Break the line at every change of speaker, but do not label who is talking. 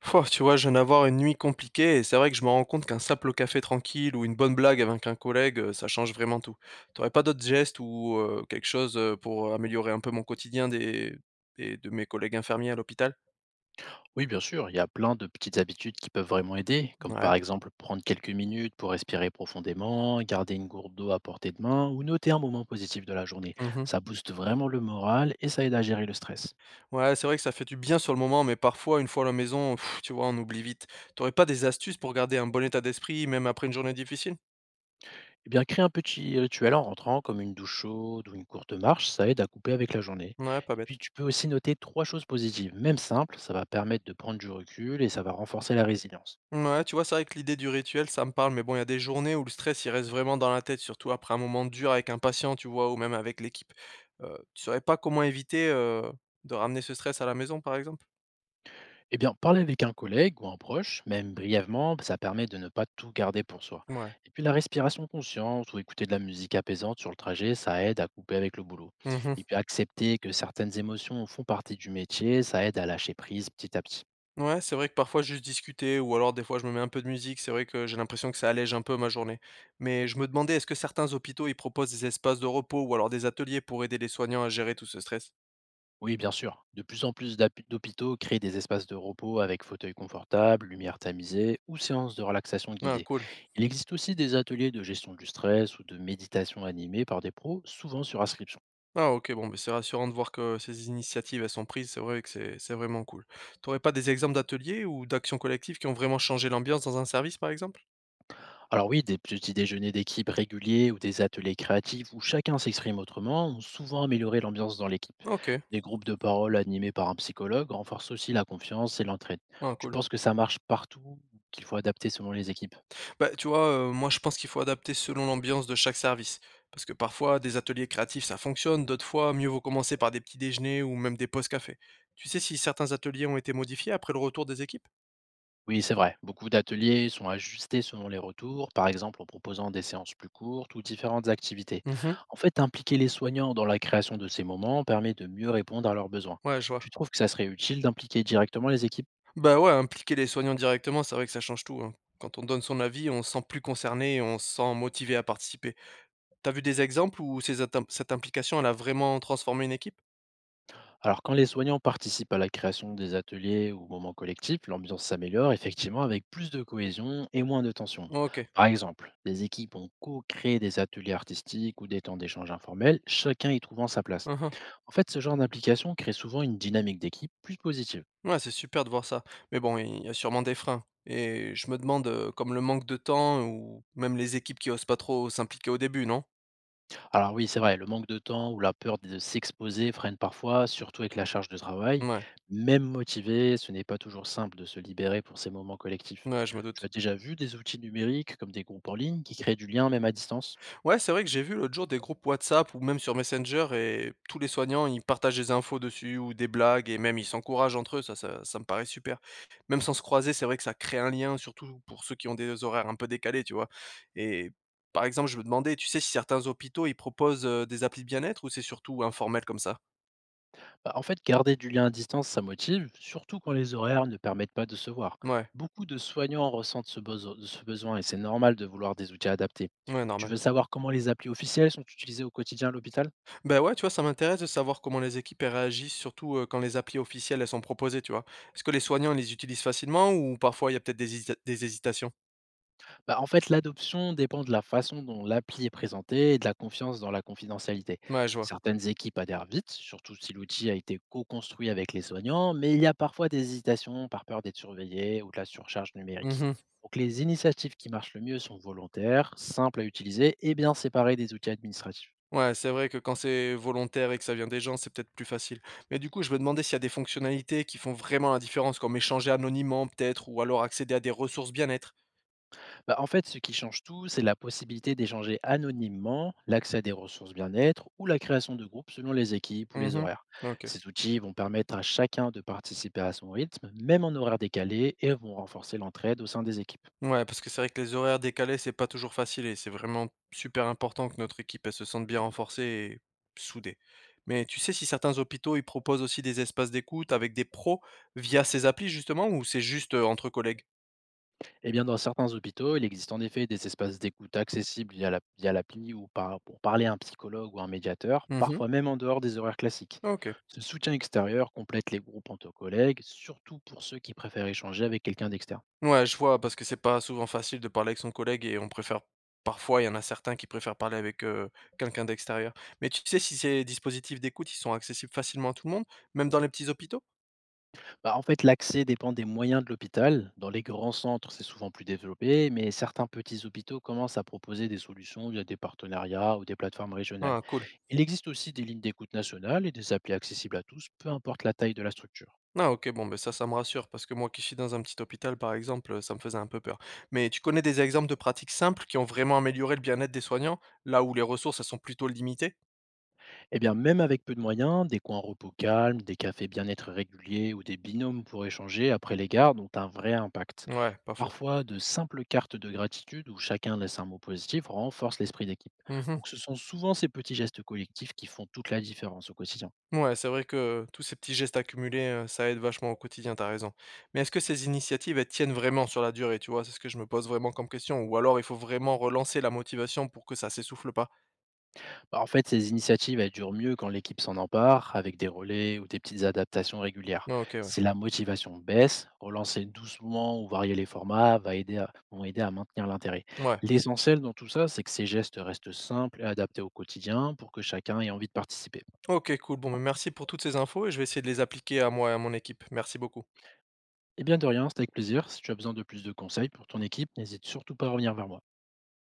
Pouah, tu vois, je viens d'avoir une nuit compliquée et c'est vrai que je me rends compte qu'un simple café tranquille ou une bonne blague avec un collègue, ça change vraiment tout. T'aurais pas d'autres gestes ou quelque chose pour améliorer un peu mon quotidien de mes collègues infirmiers à l'hôpital?
Oui, bien sûr, il y a plein de petites habitudes qui peuvent vraiment aider, comme
Ouais.
par exemple prendre quelques minutes pour respirer profondément, garder une gourde d'eau à portée de main ou noter un moment positif de la journée.
Mhm.
Ça booste vraiment le moral et ça aide à gérer le stress.
Ouais, c'est vrai que ça fait du bien sur le moment, mais parfois, une fois à la maison, pff, tu vois, on oublie vite. T'aurais pas des astuces pour garder un bon état d'esprit, même après une journée difficile?
Eh bien, créer un petit rituel en rentrant, comme une douche chaude ou une courte marche, ça aide à couper avec la journée.
Ouais, pas
Et puis,
bête.
tu peux aussi noter trois choses positives, même simples, ça va permettre de prendre du recul et ça va renforcer la résilience.
Ouais, tu vois, c'est vrai que l'idée du rituel, ça me parle, mais bon, il y a des journées où le stress, il reste vraiment dans la tête, surtout après un moment dur avec un patient, tu vois, ou même avec l'équipe. Tu saurais pas comment éviter, de ramener ce stress à la maison, par exemple?
Eh bien, parler avec un collègue ou un proche, même brièvement, ça permet de ne pas tout garder pour soi.
Ouais.
Et puis la respiration consciente ou écouter de la musique apaisante sur le trajet, ça aide à couper avec le boulot.
Mmh.
Et puis accepter que certaines émotions font partie du métier, ça aide à lâcher prise petit à petit.
Ouais, c'est vrai que parfois juste discuter ou alors des fois je me mets un peu de musique, c'est vrai que j'ai l'impression que ça allège un peu ma journée. Mais je me demandais, est-ce que certains hôpitaux, ils proposent des espaces de repos ou alors des ateliers pour aider les soignants à gérer tout ce stress?
Oui, bien sûr. De plus en plus d'hôpitaux créent des espaces de repos avec fauteuils confortables, lumière tamisée ou séances de relaxation
Ah,
guidée.
cool.
Il existe aussi des ateliers de gestion du stress ou de méditation animée par des pros, souvent sur inscription.
Ah, OK, bon, mais c'est rassurant de voir que ces initiatives, elles sont prises, c'est vrai que c'est vraiment cool. T'aurais pas des exemples d'ateliers ou d'actions collectives qui ont vraiment changé l'ambiance dans un service, par exemple?
Alors oui, des petits déjeuners d'équipe réguliers ou des ateliers créatifs où chacun s'exprime autrement ont souvent amélioré l'ambiance dans l'équipe.
OK,
Des groupes de parole animés par un psychologue renforcent aussi la confiance et l'entraide.
ah
Tu
cool.
penses que ça marche partout, ou qu'il faut adapter selon les équipes?
Bah, tu vois, moi, je pense qu'il faut adapter selon l'ambiance de chaque service. Parce que parfois, des ateliers créatifs, ça fonctionne, d'autres fois, mieux vaut commencer par des petits déjeuners ou même des pauses café. Tu sais si certains ateliers ont été modifiés après le retour des équipes?
Oui, c'est vrai. Beaucoup d'ateliers sont ajustés selon les retours, par exemple en proposant des séances plus courtes ou différentes activités.
Mmh.
En fait, impliquer les soignants dans la création de ces moments permet de mieux répondre à leurs besoins.
Ouais, je vois.
Tu trouves que ça serait utile d'impliquer directement les équipes?
Bah, ouais, impliquer les soignants directement, c'est vrai que ça change tout, hein. Quand on donne son avis, on se sent plus concerné et on se sent motivé à participer. T'as vu des exemples où ces int cette implication, elle a vraiment transformé une équipe?
Alors, quand les soignants participent à la création des ateliers ou moments collectifs, l'ambiance s'améliore effectivement avec plus de cohésion et moins de tension.
OK.
Par exemple, des équipes ont co-créé des ateliers artistiques ou des temps d'échange informels, chacun y trouvant sa place.
Mmh.
En fait, ce genre d'implication crée souvent une dynamique d'équipe plus positive.
Ouais, c'est super de voir ça. Mais bon, il y a sûrement des freins et je me demande, comme le manque de temps ou même les équipes qui osent pas trop s'impliquer au début, non?
Alors oui, c'est vrai, le manque de temps ou la peur de s'exposer freine parfois, surtout avec la charge de travail.
Ouais.
Même motivé, ce n'est pas toujours simple de se libérer pour ces moments collectifs.
Ouais, je me
Tu as
doute.
déjà vu des outils numériques comme des groupes en ligne qui créent du lien même à distance?
Ouais, c'est vrai que j'ai vu l'autre jour des groupes WhatsApp ou même sur Messenger et tous les soignants, ils partagent des infos dessus ou des blagues et même ils s'encouragent entre eux, ça me paraît super. Même sans se croiser, c'est vrai que ça crée un lien, surtout pour ceux qui ont des horaires un peu décalés, tu vois. Et par exemple, je me demandais, tu sais si certains hôpitaux, ils proposent des applis de bien-être ou c'est surtout informel comme ça?
Bah, en fait, garder du lien à distance, ça motive, surtout quand les horaires ne permettent pas de se voir.
Ouais,
Beaucoup de soignants ressentent ce besoin et c'est normal de vouloir des outils adaptés.
ouais,
Tu
normal.
veux savoir comment les applis officielles sont utilisées au quotidien à l'hôpital?
Ben ouais, tu vois, ça m'intéresse de savoir comment les équipes elles réagissent, surtout quand les applis officielles, elles sont proposées, tu vois. Est-ce que les soignants, ils les utilisent facilement ou parfois il y a peut-être des des hésitations?
Bah, en fait, l'adoption dépend de la façon dont l'appli est présentée et de la confiance dans la confidentialité.
Ouais, je vois.
Certaines équipes adhèrent vite, surtout si l'outil a été co-construit avec les soignants, mais il y a parfois des hésitations par peur d'être surveillé ou de la surcharge numérique.
Mhm.
Donc les initiatives qui marchent le mieux sont volontaires, simples à utiliser et bien séparées des outils administratifs.
Ouais, c'est vrai que quand c'est volontaire et que ça vient des gens, c'est peut-être plus facile. Mais du coup, je me demandais s'il y a des fonctionnalités qui font vraiment la différence, comme échanger anonymement peut-être ou alors accéder à des ressources bien-être?
Bah, en fait, ce qui change tout, c'est la possibilité d'échanger anonymement, l'accès à des ressources bien-être ou la création de groupes selon les équipes ou les
Mhm.
horaires.
OK.
Ces outils vont permettre à chacun de participer à son rythme, même en horaire décalé, et vont renforcer l'entraide au sein des équipes.
Ouais, parce que c'est vrai que les horaires décalés, c'est pas toujours facile et c'est vraiment super important que notre équipe, elle se sente bien renforcée et soudée. Mais tu sais si certains hôpitaux, ils proposent aussi des espaces d'écoute avec des pros via ces applis justement ou c'est juste, entre collègues?
Et bien, dans certains hôpitaux, il existe en effet des espaces d'écoute accessibles via via l'appli ou pour parler à un psychologue ou un médiateur,
Mhm.
parfois même en dehors des horaires classiques.
OK.
Ce soutien extérieur complète les groupes entre collègues, surtout pour ceux qui préfèrent échanger avec quelqu'un d'externe.
Ouais, je vois, parce que c'est pas souvent facile de parler avec son collègue et on préfère parfois, il y en a certains qui préfèrent parler avec, quelqu'un d'extérieur. Mais tu sais si ces dispositifs d'écoute, ils sont accessibles facilement à tout le monde, même dans les petits hôpitaux?
Bah, en fait, l'accès dépend des moyens de l'hôpital. Dans les grands centres, c'est souvent plus développé, mais certains petits hôpitaux commencent à proposer des solutions via des partenariats ou des plateformes régionales.
Ah cool.
Il existe aussi des lignes d'écoute nationales et des applis accessibles à tous, peu importe la taille de la structure.
Ah OK, bon, bah, ça me rassure parce que moi qui suis dans un petit hôpital, par exemple, ça me faisait un peu peur. Mais tu connais des exemples de pratiques simples qui ont vraiment amélioré le bien-être des soignants, là où les ressources, elles sont plutôt limitées?
Eh bien, même avec peu de moyens, des coins repos calmes, des cafés bien-être réguliers ou des binômes pour échanger après les gardes ont un vrai impact.
Ouais, pas faux.
Parfois, de simples cartes de gratitude où chacun laisse un mot positif renforcent l'esprit d'équipe.
Mmh.
Donc, ce sont souvent ces petits gestes collectifs qui font toute la différence au quotidien.
Ouais, c'est vrai que tous ces petits gestes accumulés, ça aide vachement au quotidien, t'as raison. Mais est-ce que ces initiatives, elles tiennent vraiment sur la durée, tu vois? C'est ce que je me pose vraiment comme question ou alors il faut vraiment relancer la motivation pour que ça s'essouffle pas?
Bah, en fait, ces initiatives, elles durent mieux quand l'équipe s'en empare, avec des relais ou des petites adaptations régulières.
Ouais, OK, ouais.
Si la motivation baisse, relancer doucement ou varier les formats vont aider à maintenir l'intérêt.
Ouais.
L'essentiel dans tout ça, c'est que ces gestes restent simples et adaptés au quotidien pour que chacun ait envie de participer.
OK, cool. Bon, mais merci pour toutes ces infos et je vais essayer de les appliquer à moi et à mon équipe. Merci beaucoup.
Et bien de rien, c'est avec plaisir. Si tu as besoin de plus de conseils pour ton équipe, n'hésite surtout pas à revenir vers moi.